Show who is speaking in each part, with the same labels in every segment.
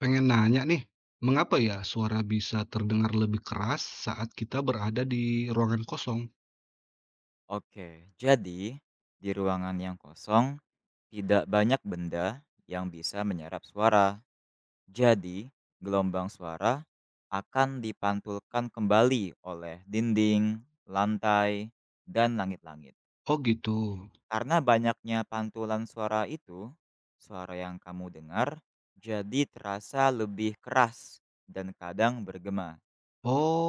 Speaker 1: Pengen nanya nih, mengapa ya suara bisa terdengar lebih keras saat kita berada di ruangan kosong?
Speaker 2: Oke, jadi di ruangan yang kosong tidak banyak benda yang bisa menyerap suara. Jadi, gelombang suara akan dipantulkan kembali oleh dinding, lantai, dan langit-langit.
Speaker 1: Oh gitu.
Speaker 2: Karena banyaknya pantulan suara itu, suara yang kamu dengar jadi terasa lebih keras dan kadang bergema.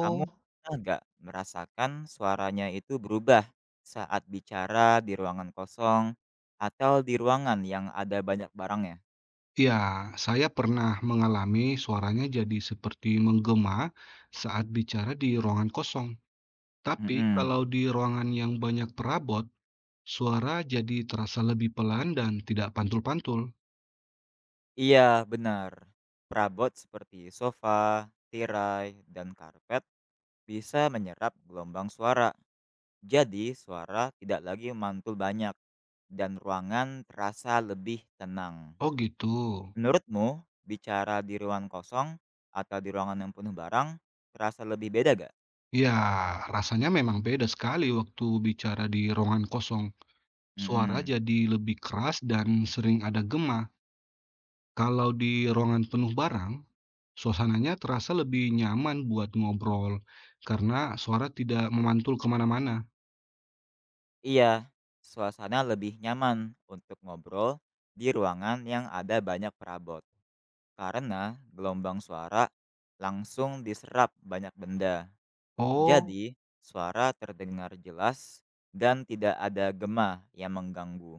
Speaker 2: Kamu pernah nggak merasakan suaranya itu berubah saat bicara di ruangan kosong atau di ruangan yang ada banyak barangnya?
Speaker 1: ya, saya pernah mengalami suaranya jadi seperti menggema saat bicara di ruangan kosong. Tapi
Speaker 2: Mhm.
Speaker 1: kalau di ruangan yang banyak perabot, suara jadi terasa lebih pelan dan tidak pantul-pantul.
Speaker 2: Iya, benar. Perabot seperti sofa, tirai, dan karpet bisa menyerap gelombang suara. Jadi, suara tidak lagi mantul banyak dan ruangan terasa lebih tenang.
Speaker 1: Oh gitu.
Speaker 2: Menurutmu, bicara di ruangan kosong atau di ruangan yang penuh barang terasa lebih beda gak?
Speaker 1: Ya, rasanya memang beda sekali waktu bicara di ruangan kosong. Suara
Speaker 2: Mhm.
Speaker 1: jadi lebih keras dan sering ada gema. Kalau di ruangan penuh barang, suasananya terasa lebih nyaman buat ngobrol karena suara tidak memantul kemana-mana.
Speaker 2: Iya, suasana lebih nyaman untuk ngobrol di ruangan yang ada banyak perabot karena gelombang suara langsung diserap banyak benda.
Speaker 1: Oh,
Speaker 2: Jadi, suara terdengar jelas dan tidak ada gema yang mengganggu.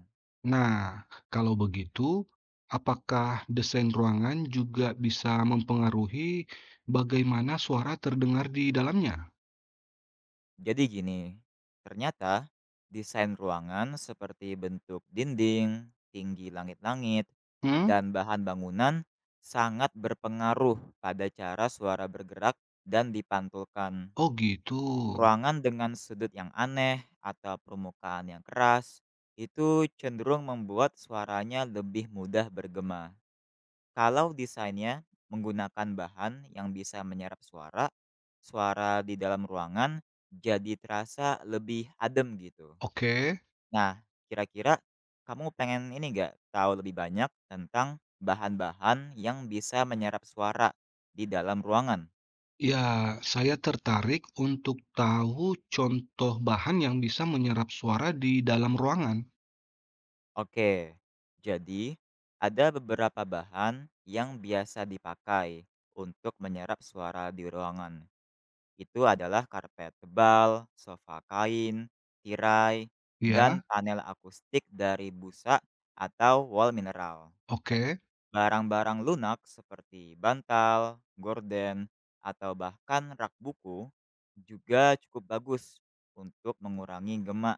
Speaker 1: nah kalau begitu, apakah desain ruangan juga bisa mempengaruhi bagaimana suara terdengar di dalamnya?
Speaker 2: Jadi gini, ternyata desain ruangan seperti bentuk dinding, tinggi langit-langit,
Speaker 1: Hmm?
Speaker 2: dan bahan bangunan sangat berpengaruh pada cara suara bergerak dan dipantulkan.
Speaker 1: Oh gitu.
Speaker 2: Ruangan dengan sudut yang aneh atau permukaan yang keras itu cenderung membuat suaranya lebih mudah bergema. Kalau desainnya menggunakan bahan yang bisa menyerap suara, suara di dalam ruangan jadi terasa lebih adem gitu.
Speaker 1: Oke.
Speaker 2: Nah, kira-kira kamu pengen nggak, tahu lebih banyak tentang bahan-bahan yang bisa menyerap suara di dalam ruangan?
Speaker 1: Ya, saya tertarik untuk tahu contoh bahan yang bisa menyerap suara di dalam ruangan.
Speaker 2: Oke, jadi ada beberapa bahan yang biasa dipakai untuk menyerap suara di ruangan. Itu adalah karpet tebal, sofa kain, tirai, dan
Speaker 1: Ya,
Speaker 2: panel akustik dari busa atau wall mineral.
Speaker 1: oke,
Speaker 2: Barang-barang lunak seperti bantal, gorden, atau bahkan rak buku juga cukup bagus untuk mengurangi gema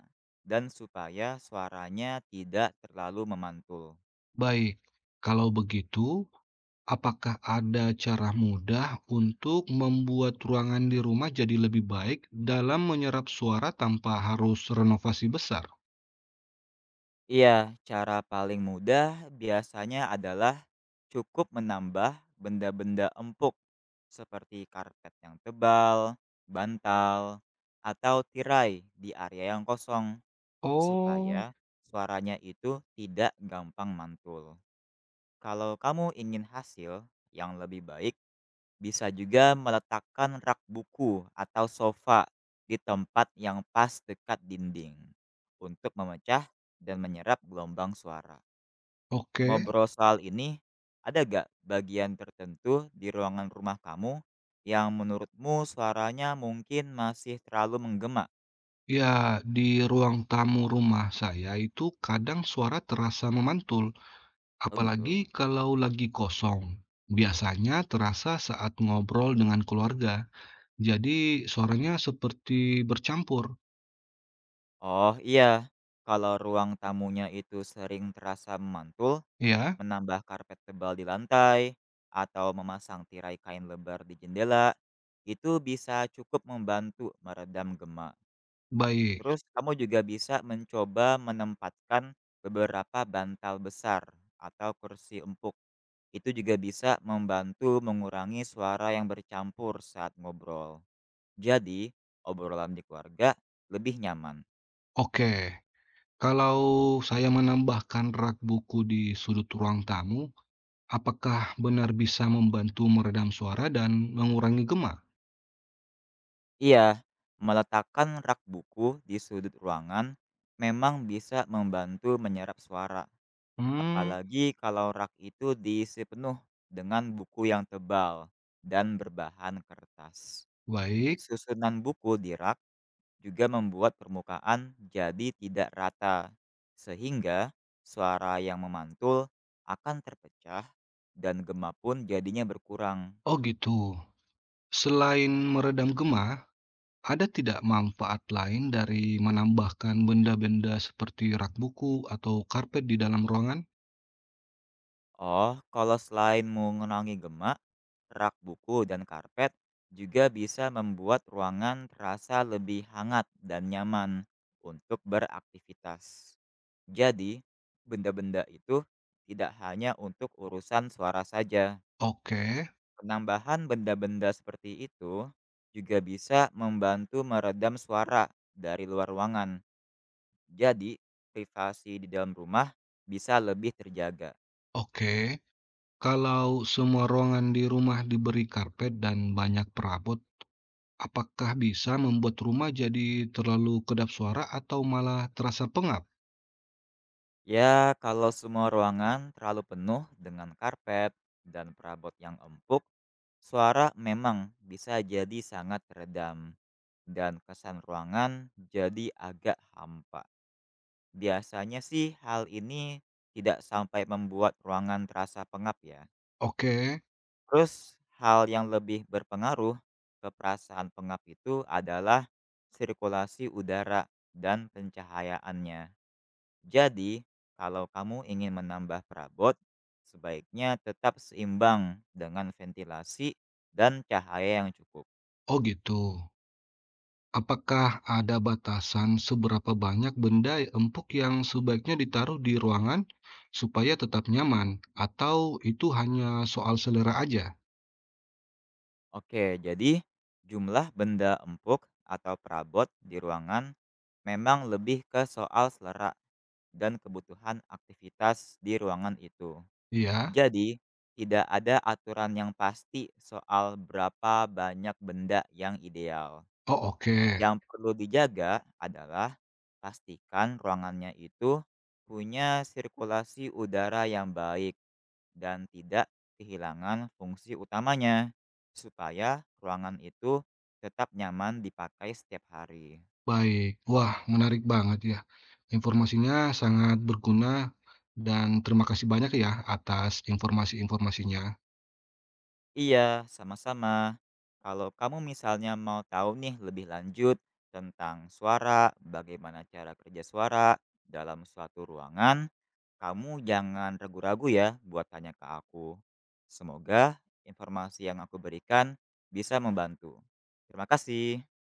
Speaker 2: dan supaya suaranya tidak terlalu memantul.
Speaker 1: baik. Kalau begitu, apakah ada cara mudah untuk membuat ruangan di rumah jadi lebih baik dalam menyerap suara tanpa harus renovasi besar?
Speaker 2: Iya, cara paling mudah biasanya adalah cukup menambah benda-benda empuk seperti karpet yang tebal, bantal, atau tirai di area yang kosong. Supaya
Speaker 1: Oh,
Speaker 2: suaranya itu tidak gampang mantul. Kalau kamu ingin hasil yang lebih baik, bisa juga meletakkan rak buku atau sofa di tempat yang pas dekat dinding untuk memecah dan menyerap gelombang suara.
Speaker 1: oke.
Speaker 2: Ngobrol soal ini, ada gak bagian tertentu di ruangan rumah kamu yang menurutmu suaranya mungkin masih terlalu menggema?
Speaker 1: Ya, di ruang tamu rumah saya itu kadang suara terasa memantul.
Speaker 2: Oh
Speaker 1: Apalagi
Speaker 2: gitu.
Speaker 1: kalau lagi kosong. Biasanya terasa saat ngobrol dengan keluarga. Jadi suaranya seperti bercampur,
Speaker 2: Oh, iya. Kalau ruang tamunya itu sering terasa memantul,
Speaker 1: ya.
Speaker 2: menambah karpet tebal di lantai, atau memasang tirai kain lebar di jendela, itu bisa cukup membantu meredam gema.
Speaker 1: Baik.
Speaker 2: Terus kamu juga bisa mencoba menempatkan beberapa bantal besar atau kursi empuk. Itu juga bisa membantu mengurangi suara yang bercampur saat ngobrol. Jadi, obrolan di keluarga lebih nyaman.
Speaker 1: Oke. Kalau saya menambahkan rak buku di sudut ruang tamu, apakah benar bisa membantu meredam suara dan mengurangi gema?
Speaker 2: Iya, meletakkan rak buku di sudut ruangan memang bisa membantu menyerap suara,
Speaker 1: Hmm,
Speaker 2: apalagi kalau rak itu diisi penuh dengan buku yang tebal dan berbahan kertas.
Speaker 1: baik.
Speaker 2: Susunan buku di rak juga membuat permukaan jadi tidak rata, sehingga suara yang memantul akan terpecah dan gema pun jadinya berkurang.
Speaker 1: Oh gitu. Selain meredam gema, ada tidak manfaat lain dari menambahkan benda-benda seperti rak buku atau karpet di dalam ruangan?
Speaker 2: Oh, kalau selain mengurangi gema, rak buku dan karpet juga bisa membuat ruangan terasa lebih hangat dan nyaman untuk beraktivitas. Jadi, benda-benda itu tidak hanya untuk urusan suara saja.
Speaker 1: Oke,
Speaker 2: Penambahan benda-benda seperti itu juga bisa membantu meredam suara dari luar ruangan. Jadi, privasi di dalam rumah bisa lebih terjaga.
Speaker 1: oke. Kalau semua ruangan di rumah diberi karpet dan banyak perabot, apakah bisa membuat rumah jadi terlalu kedap suara atau malah terasa pengap?
Speaker 2: Ya, kalau semua ruangan terlalu penuh dengan karpet dan perabot yang empuk, suara memang bisa jadi sangat teredam dan kesan ruangan jadi agak hampa. Biasanya sih hal ini tidak sampai membuat ruangan terasa pengap ya.
Speaker 1: Oke,
Speaker 2: Terus hal yang lebih berpengaruh ke perasaan pengap itu adalah sirkulasi udara dan pencahayaannya. Jadi, kalau kamu ingin menambah perabot, sebaiknya tetap seimbang dengan ventilasi dan cahaya yang cukup.
Speaker 1: oh gitu. Apakah ada batasan seberapa banyak benda empuk yang sebaiknya ditaruh di ruangan supaya tetap nyaman, atau itu hanya soal selera aja?
Speaker 2: Oke, jadi jumlah benda empuk atau perabot di ruangan memang lebih ke soal selera dan kebutuhan aktivitas di ruangan itu.
Speaker 1: Iya.
Speaker 2: Jadi, tidak ada aturan yang pasti soal berapa banyak benda yang ideal.
Speaker 1: Oh, oke.
Speaker 2: Yang perlu dijaga adalah pastikan ruangannya itu punya sirkulasi udara yang baik dan tidak kehilangan fungsi utamanya, supaya ruangan itu tetap nyaman dipakai setiap hari.
Speaker 1: Baik. Wah, menarik banget ya. Informasinya sangat berguna dan terima kasih banyak ya atas informasi-informasinya.
Speaker 2: Iya, sama-sama. Kalau kamu misalnya mau tahu lebih lanjut tentang suara, bagaimana cara kerja suara dalam suatu ruangan, kamu jangan ragu-ragu ya buat tanya ke aku. Semoga informasi yang aku berikan bisa membantu. Terima kasih.